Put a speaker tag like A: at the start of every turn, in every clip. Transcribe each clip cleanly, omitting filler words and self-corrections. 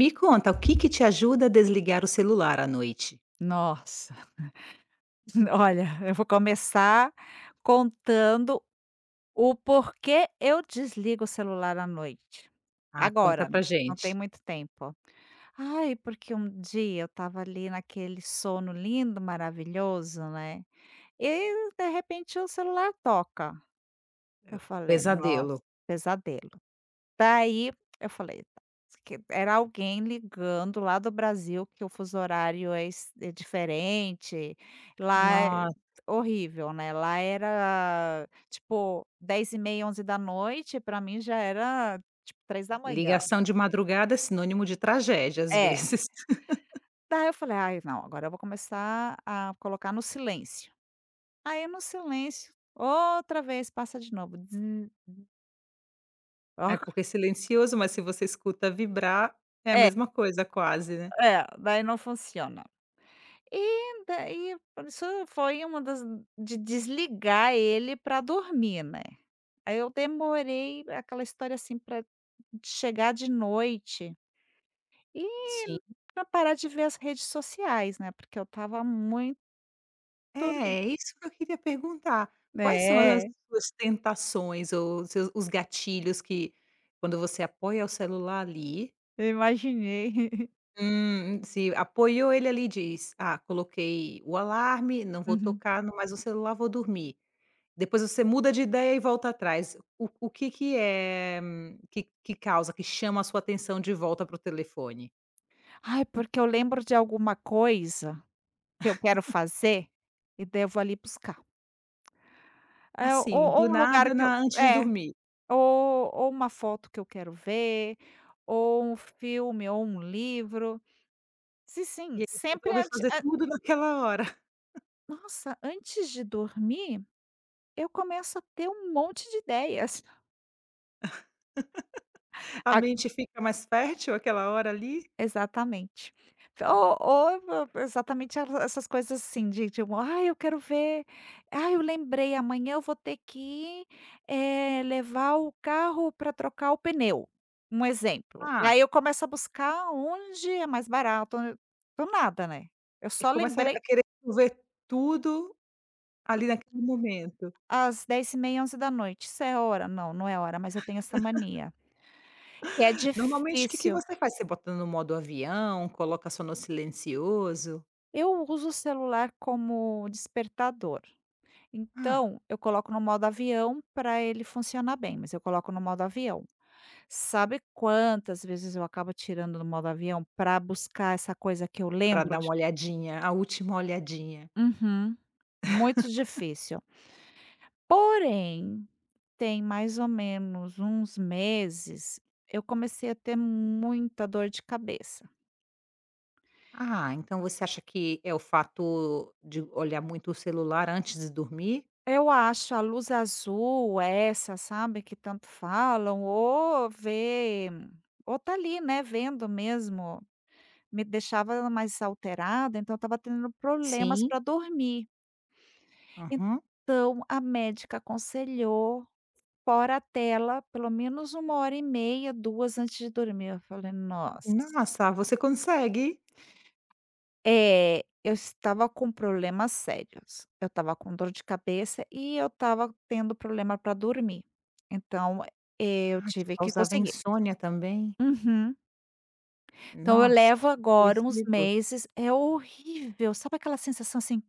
A: Me conta, o que que te ajuda a desligar o celular à noite?
B: Nossa, olha, eu vou começar contando o porquê eu desligo o celular à noite.
A: Ah, conta
B: Agora,
A: pra
B: não tem
A: gente.
B: muito tempo. Ai, porque um dia eu estava ali naquele sono lindo, maravilhoso, né, e de repente o celular toca. Eu falei: "Nossa,
A: Pesadelo.
B: pesadelo". Daí eu falei: "Tá", que era alguém ligando lá do Brasil, que o fuso horário é es é diferente, lá é
A: Nossa,
B: horrível, né, lá era tipo dez e meia, onze da noite, pra mim já era tipo três da manhã.
A: ligação de madrugada é sinônimo de tragédia, às
B: É.
A: vezes.
B: Daí eu falei: "Ai não, agora eu vou começar a colocar no silêncio". Aí no silêncio, outra vez passa de novo. Zzz. Ó,
A: É porque é silencioso, mas se você escuta vibrar, é a
B: É,
A: mesma coisa quase, né.
B: é, daí não funciona. E daí, isso foi uma das de desligar ele para dormir, né. Aí eu demorei aquela história, assim, para chegar de noite e
A: Sim.
B: pra parar de ver as redes sociais, né, porque eu tava muito
A: É,
B: li
A: é isso que eu queria perguntar. Quais são as
B: É,
A: suas tentações ou os gatilhos que, quando você apoia o celular ali,
B: eu imaginei.
A: Se apoiou ele ali diz: "Ah, coloquei o alarme, não vou
B: Uhum.
A: tocar no mais no celular, vou dormir". Depois você muda de ideia e volta atrás. O que que é que causa, que chama a sua atenção de volta para o telefone?
B: Ai, porque eu lembro de alguma coisa que eu quero fazer, e daí eu vou ali buscar. É, ou
A: Assim,
B: ou
A: do
B: um lugar
A: nada
B: que eu
A: na antes de
B: é.
A: dormir.
B: Ou uma foto que eu quero ver, ou um filme, ou um livro. Sim, sim,
A: E aí
B: sempre
A: resolve
B: antes
A: fazer
B: a
A: tudo naquela hora.
B: nossa, antes de dormir, eu começo a ter um monte de ideias.
A: A mente fica mais fértil aquela hora ali,
B: Exatamente.
A: né.
B: Ou exatamente essas coisas, assim, de tipo: "Ah, eu quero ver, ah, eu lembrei, amanhã eu vou ter que, levar o carro para trocar o pneu", um exemplo. E
A: Ah,
B: aí eu começo a buscar onde é mais barato, on do nada, né. Eu
A: e
B: só
A: começa
B: lembrei
A: a querer ver tudo ali naquele
B: às 22h30, 23h,
A: momento.
B: "Isso é hora?". Não, não é hora, mas eu tenho essa mania, que é
A: Normalmente, o que que
B: difícil.
A: você faz? Você bota no modo avião, coloca só no silencioso?
B: Eu uso o celular como despertador.
A: Ah.
B: Então, eu coloco no modo avião para ele funcionar bem, mas eu coloco no modo avião. Sabe quantas vezes eu acabo tirando do modo avião para buscar essa coisa que eu
A: Pra
B: lembro
A: dar uma
B: de.
A: olhadinha, a última olhadinha.
B: Uhum. Muito difícil. Porém, tem mais ou menos uns meses, eu comecei a ter muita dor de cabeça.
A: Ah, então você acha que é o fato de olhar muito o celular antes de dormir?
B: Eu acho a luz azul, essa, sabe, que tanto falam, ou ver, ou tá ali, né, vendo mesmo, me deixava mais alterada, então eu estava tendo problemas
A: Sim.
B: para dormir.
A: Aham.
B: Então a médica aconselhou fora a tela, pelo menos uma hora e meia, 2 antes de dormir. Eu falei: "Nossa".
A: Nossa, você consegue?
B: É, eu estava com problemas sérios. Eu estava com dor de cabeça e eu estava tendo problema para dormir. Então, eu
A: Ah, te
B: tive que
A: causava
B: conseguir.
A: insônia também?
B: Uhum. Então eu
A: Nossa,
B: levo
A: deve ter
B: agora uns
A: sido
B: meses, é horrível, sabe, aquela sensação assim.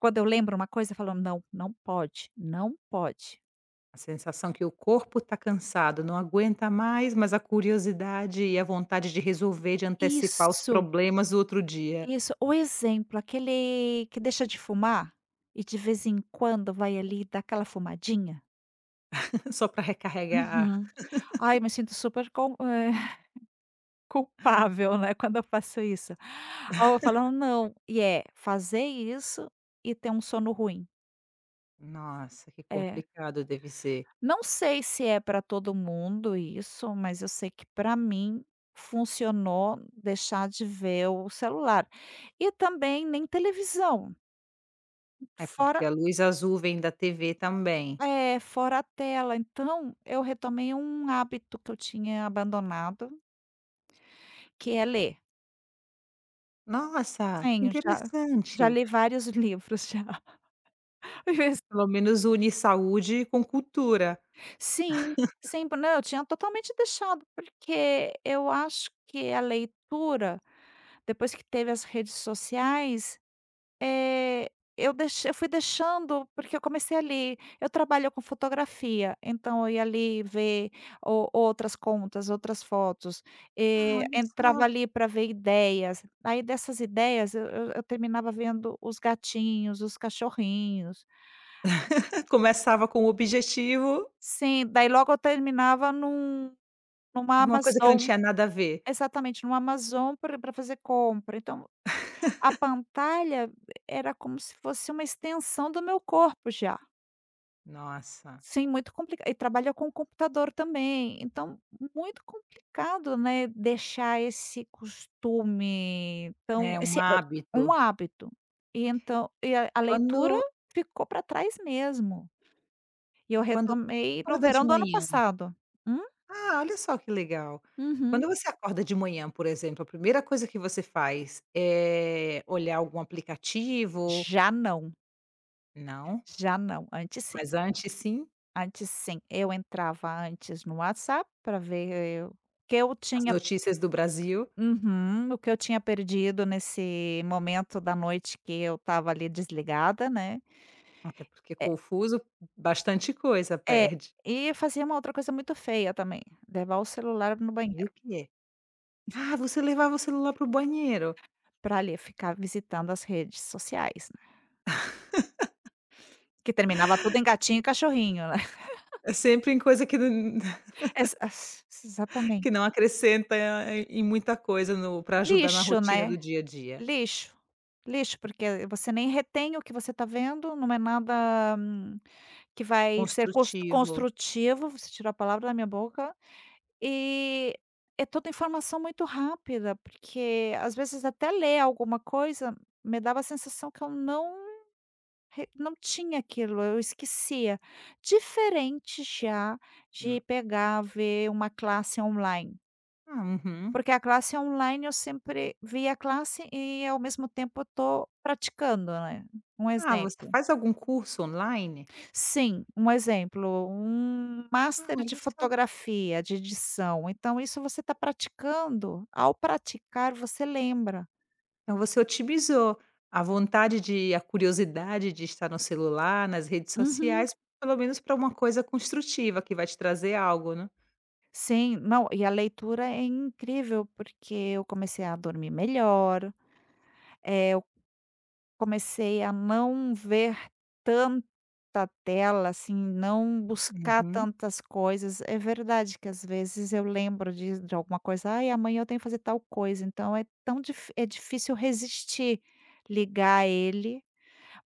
B: Quando eu lembro uma coisa, eu falo: "Não, não pode, não pode".
A: a sensação que o corpo está cansado, não aguenta mais, mas a curiosidade e a vontade de resolver, de antecipar os
B: Isso.
A: problemas do outro dia.
B: Isso. O exemplo, aquele que deixa de fumar e, de vez em quando, vai ali e dá aquela fumadinha.
A: Só para recarregar.
B: Uhum. Ai, me sinto super culpável, né, quando eu faço isso. Ou eu falo: "Não". E é fazer isso e ter um sono ruim.
A: Nossa, que
B: É.
A: complicado deve ser.
B: Não sei se é para todo mundo isso, mas eu sei que para mim funcionou deixar de ver o celular. E também nem televisão,
A: É porque
B: fora
A: a luz azul vem da TV também.
B: fora a tela. Então, eu retomei um hábito que eu tinha abandonado, que é ler.
A: Nossa, que
B: Sim, já
A: interessante.
B: li vários livros já. Às vezes-
A: Pelo menos une saúde com cultura.
B: Sim, sim, não, eu tinha totalmente deixado, porque eu acho que a leitura, depois que teve as redes sociais, eu fui deixando, porque eu comecei a ler, eu trabalho com fotografia, então eu ia ali ver o outras contas, outras fotos,
A: Ah, olha
B: entrava
A: só.
B: ali para ver ideias, aí, dessas ideias, eu terminava vendo os gatinhos, os cachorrinhos.
A: Começava com o objetivo
B: Sim, daí logo eu terminava numa
A: e uma coisa que não
B: Amazon,
A: tinha nada a ver.
B: exatamente, numa Amazon para fazer compra, então a pantalha era como se fosse uma extensão do meu corpo já.
A: Nossa,
B: Sim, muito complicado. E trabalha com computador também, então muito complicado, né, deixar esse costume, então
A: é um
B: esse é um
A: hábito.
B: hábito. E então, e a leitura
A: Quando
B: ficou para trás mesmo. E eu
A: Quando você
B: retomei no
A: acorda
B: verão
A: de
B: do ano
A: manhã.
B: passado. Hum?
A: Ah, olha só que legal. Quando
B: Uhum.
A: você acorda de manhã, por exemplo, a primeira coisa que você faz é olhar algum aplicativo?
B: Já não,
A: Não,
B: já não. Antes sim,
A: mas antes sim,
B: antes sim. Eu entrava antes no WhatsApp para ver o que eu
A: as
B: tinha.
A: notícias do Brasil,
B: Uhum. O que eu tinha perdido nesse momento da noite que eu estava ali desligada, né.
A: até porque
B: É,
A: confuso, bastante coisa
B: é,
A: perde.
B: e fazia uma outra coisa muito feia também: levar o celular no
A: E o
B: banheiro,
A: que é? Ah, você levava o celular para o banheiro.
B: para ali ficar visitando as redes sociais, né. Que terminava tudo em gatinho e cachorrinho, né.
A: É sempre em coisa que não
B: Ex ex exatamente.
A: que não acrescenta em muita coisa no para ajudar na
B: Lixo,
A: rotina do
B: né,
A: dia a dia.
B: lixo, lixo, porque você nem retém o que você está vendo, não é nada, que vai ser cos
A: Construtivo.
B: construtivo, você tirou a palavra da minha boca. E é toda informação muito rápida, porque às vezes até ler alguma coisa me dava a sensação que eu não re não tinha aquilo, eu esquecia. Diferente já de
A: Hum.
B: pegar, ver uma classe online,
A: Ah, uhum.
B: porque a classe online eu sempre vi a classe e, ao mesmo tempo, estou praticando, né, um
A: Ah, você
B: exemplo.
A: faz algum curso online?
B: Sim, um exemplo, um
A: Ah,
B: master de
A: olha só.
B: fotografia, de edição, então isso você está praticando, ao praticar você lembra.
A: Então você otimizou a vontade de a curiosidade de estar no celular, nas redes
B: Uhum.
A: sociais, pelo menos para uma coisa construtiva que vai te trazer algo, né.
B: Sim, não, e a leitura é incrível, porque eu comecei a dormir melhor, eh comecei a não ver tanta tela, assim, não buscar
A: Uhum.
B: tantas coisas. É verdade que às vezes eu lembro de alguma coisa: "Ai, amanhã eu tenho que fazer tal coisa", então é tão difícil resistir, ligar ele,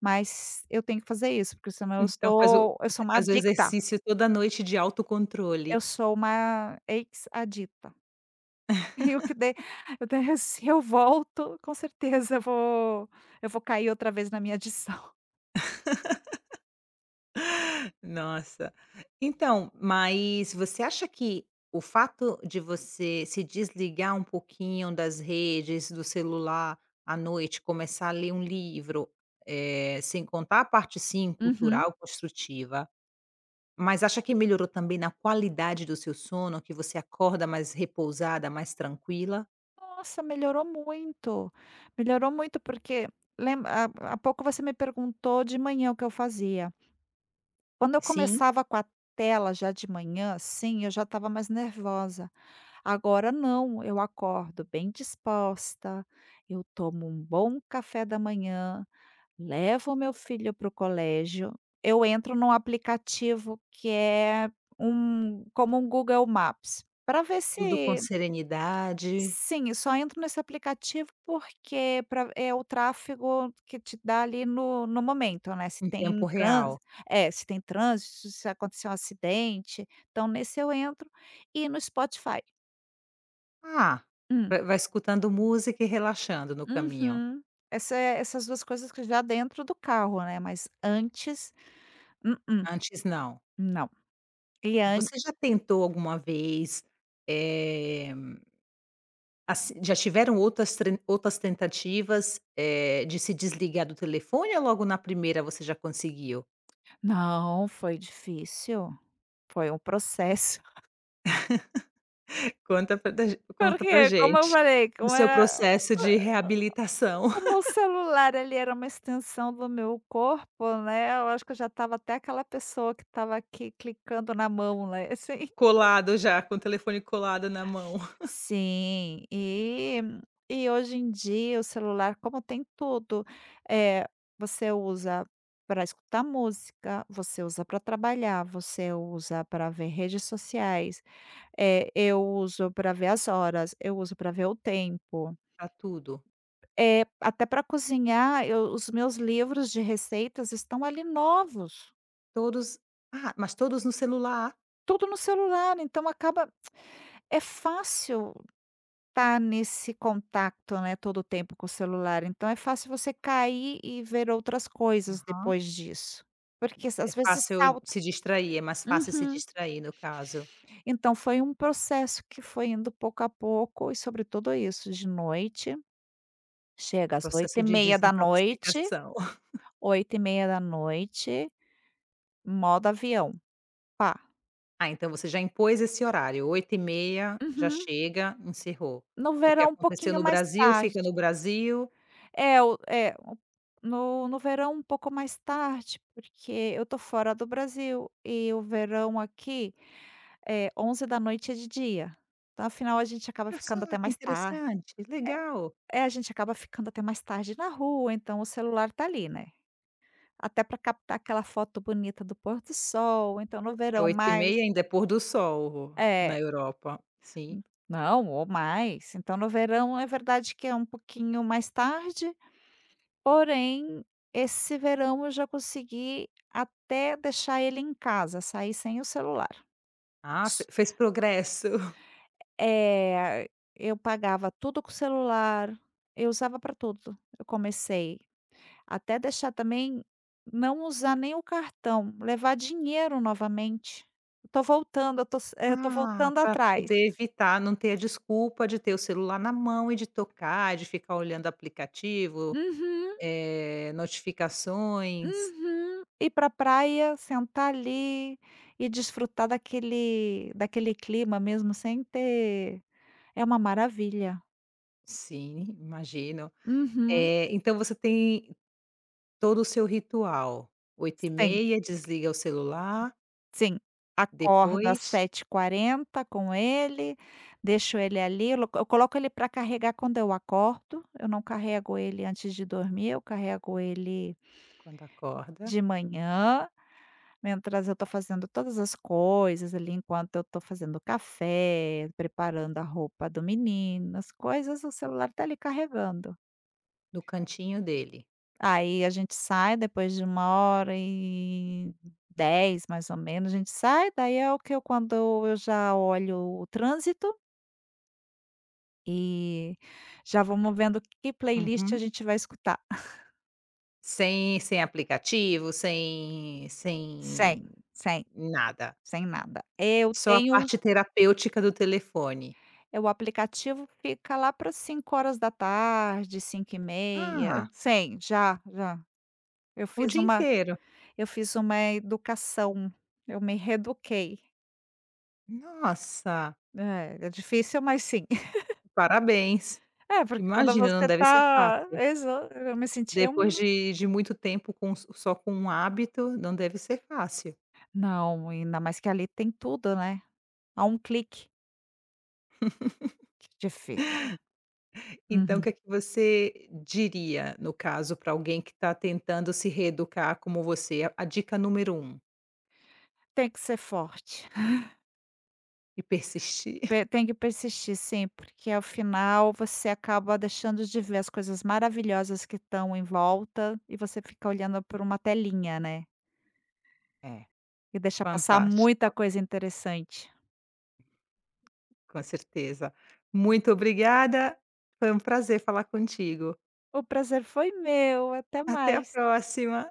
B: mas eu tenho que fazer isso, porque senão eu
A: Então faz o
B: sou eu sou
A: você
B: uma
A: faz o
B: adicta,
A: exercício toda noite de
B: eu
A: autocontrole.
B: sou uma ex-adicta. E o que der, eu der, se eu volto, com certeza eu vou cair outra vez na minha adição.
A: Nossa. Então, mas você acha que o fato de você se desligar um pouquinho das redes, do celular à noite, começar a ler um livro, sem contar a parte, sim,
B: Uhum.
A: cultural, construtiva, mas acha que melhorou também na qualidade do seu sono, que você acorda mais repousada, mais tranquila?
B: Nossa, melhorou muito, melhorou muito, porque, lembra, há pouco você me perguntou de manhã o que eu fazia. Quando eu
A: Sim?
B: começava com a tela já de manhã, sim, eu já estava mais nervosa. Agora não, eu acordo bem disposta, eu tomo um bom café da manhã, levo meu filho para o colégio, eu entro num aplicativo que é um, como um Google Maps, para ver
A: Tudo com
B: se...
A: serenidade,
B: Sim, eu só entro nesse aplicativo porque pra é o tráfego que te dá ali no momento, né, se
A: em
B: tem
A: tempo real.
B: trânsito é, se tem trânsito, se aconteceu um acidente, então nesse eu entro e no Spotify.
A: Ah,
B: Hum,
A: vai escutando música e relaxando no caminho.
B: uhum. Essa é, essas 2 coisas que já dentro do carro, né, mas antes, mm-mm,
A: Antes não.
B: não. E an
A: Você já tentou alguma vez, eh, assi já tiveram outras tentativas, de se desligar do telefone ou logo na primeira você já conseguiu?
B: Não, foi difícil, foi um processo.
A: Conta pra da conta
B: Porque,
A: pra
B: como eu
A: gente,
B: falei,
A: o
B: como
A: seu
B: era
A: processo de reabilitação,
B: Como o celular ali era uma extensão do meu corpo, né, eu acho que eu já estava até aquela pessoa que estava aqui clicando na mão, né, assim.
A: colado já, com o telefone colado na mão.
B: Sim, e hoje em dia o celular, como tem tudo, é você usa para escutar música, você usa para trabalhar, você usa para ver redes sociais. É, eu uso para ver as horas, eu uso para ver o tempo.
A: Pra tudo?
B: Até para cozinhar, eu os meus livros de receitas estão ali novos,
A: Todos ah, mas todos no celular?
B: tudo no celular, então acaba. É fácil estar nesse contato, né, todo o tempo com o celular, então é fácil você cair e ver outras coisas
A: Aham.
B: depois disso, porque
A: É
B: às vezes
A: fácil
B: salta.
A: se distrair, é mais fácil se
B: Uhum.
A: distrair no caso,
B: Então foi um processo que foi indo pouco a pouco e, sobretudo, isso, de noite,
A: o
B: chega às oito e
A: processo de
B: meia da noite,
A: desintoxicação.
B: oito e meia da noite modo avião, pá.
A: Ah, então você já impôs esse horário, oito e meia já
B: Uhum.
A: chega, encerrou.
B: No
A: O que
B: verão um
A: aconteceu
B: pouquinho
A: no
B: mais
A: Brasil,
B: tarde.
A: fica no Brasil.
B: É o no verão um pouco mais tarde, porque eu tô fora do Brasil e o verão aqui é onze da noite, é de dia. Então, afinal, a gente acaba
A: Olha só,
B: ficando até
A: que
B: mais tarde.
A: interessante, legal.
B: É, a gente acaba ficando até mais tarde na rua, então o celular tá ali, né. Até para captar aquela foto bonita do pôr do sol, então no
A: É
B: verão
A: oito e
B: mais.
A: meia ainda é pôr do sol né,
B: É.
A: na Europa, sim.
B: Não, ou mais. Então no verão é verdade que é um pouquinho mais tarde. Porém, esse verão eu já consegui até deixar ele em casa, sair sem o celular.
A: Ah, fe
B: S
A: fez progresso.
B: Eh, eu pagava tudo com o celular, eu usava para tudo. Eu comecei até deixar também não usar nem o cartão, levar dinheiro novamente. Eu tô voltando, eu tô
A: Ah,
B: voltando
A: pra
B: atrás.
A: poder evitar, não ter a desculpa de ter o celular na mão e de tocar, de ficar olhando aplicativo,
B: Uhum,
A: notificações.
B: uhum. Ir pra praia, sentar ali e desfrutar daquele clima mesmo sem ter. É uma maravilha.
A: Sim, imagino.
B: Uhum.
A: Então você tem todo o seu ritual, oito e
B: Sim,
A: meia desliga o celular,
B: sim. Acordo às
A: depois,
B: sete h 40 com ele, deixo ele ali, eu coloco ele para carregar quando eu acordo, eu não carrego ele antes de dormir, eu carrego ele
A: quando acorda,
B: de manhã, mientras eu estou fazendo todas as coisas ali, enquanto eu estou fazendo café, preparando a roupa do menino, as coisas, o celular tá ali carregando.
A: no cantinho dele.
B: Aí a gente sai depois de uma hora e dez, mais ou menos, a gente sai, daí é o que eu, quando eu já olho o trânsito, e já vamos vendo que playlist a
A: Uhum.
B: gente vai escutar.
A: Sem aplicativo, sem
B: Sem, sem,
A: nada.
B: sem nada. Eu
A: Só a
B: tenho um
A: parte terapêutica do telefone.
B: o aplicativo fica lá para cinco horas da tarde, cinco e meia.
A: Ah.
B: Sem, já, já. Eu
A: O
B: fiz
A: dia
B: uma
A: inteiro?
B: eu fiz uma educação, eu me reeduquei.
A: Nossa,
B: É, é difícil, mas sim.
A: parabéns.
B: É, porque quando
A: Imagina, não
B: você
A: deve ser
B: tá
A: fácil.
B: exa eu me sentia
A: Depois
B: um,
A: de muito tempo com s só com um hábito, não deve ser fácil.
B: não, ainda mais que ali tem tudo, né, a um clique. Que difícil.
A: Então o
B: Uhum.
A: que é que você diria, no caso, para alguém que está tentando se reeducar como você? A dica número um:
B: Tem que ser forte.
A: e persistir.
B: Pe Tem que persistir sempre, que, ao final, você acaba deixando de ver as coisas maravilhosas que estão em volta e você fica olhando por uma telinha, né,
A: É.
B: e deixa passar muita
A: Fantástico,
B: coisa interessante.
A: com certeza. Muito obrigada, foi um prazer falar contigo.
B: O prazer foi meu, até
A: Até a
B: mais.
A: próxima.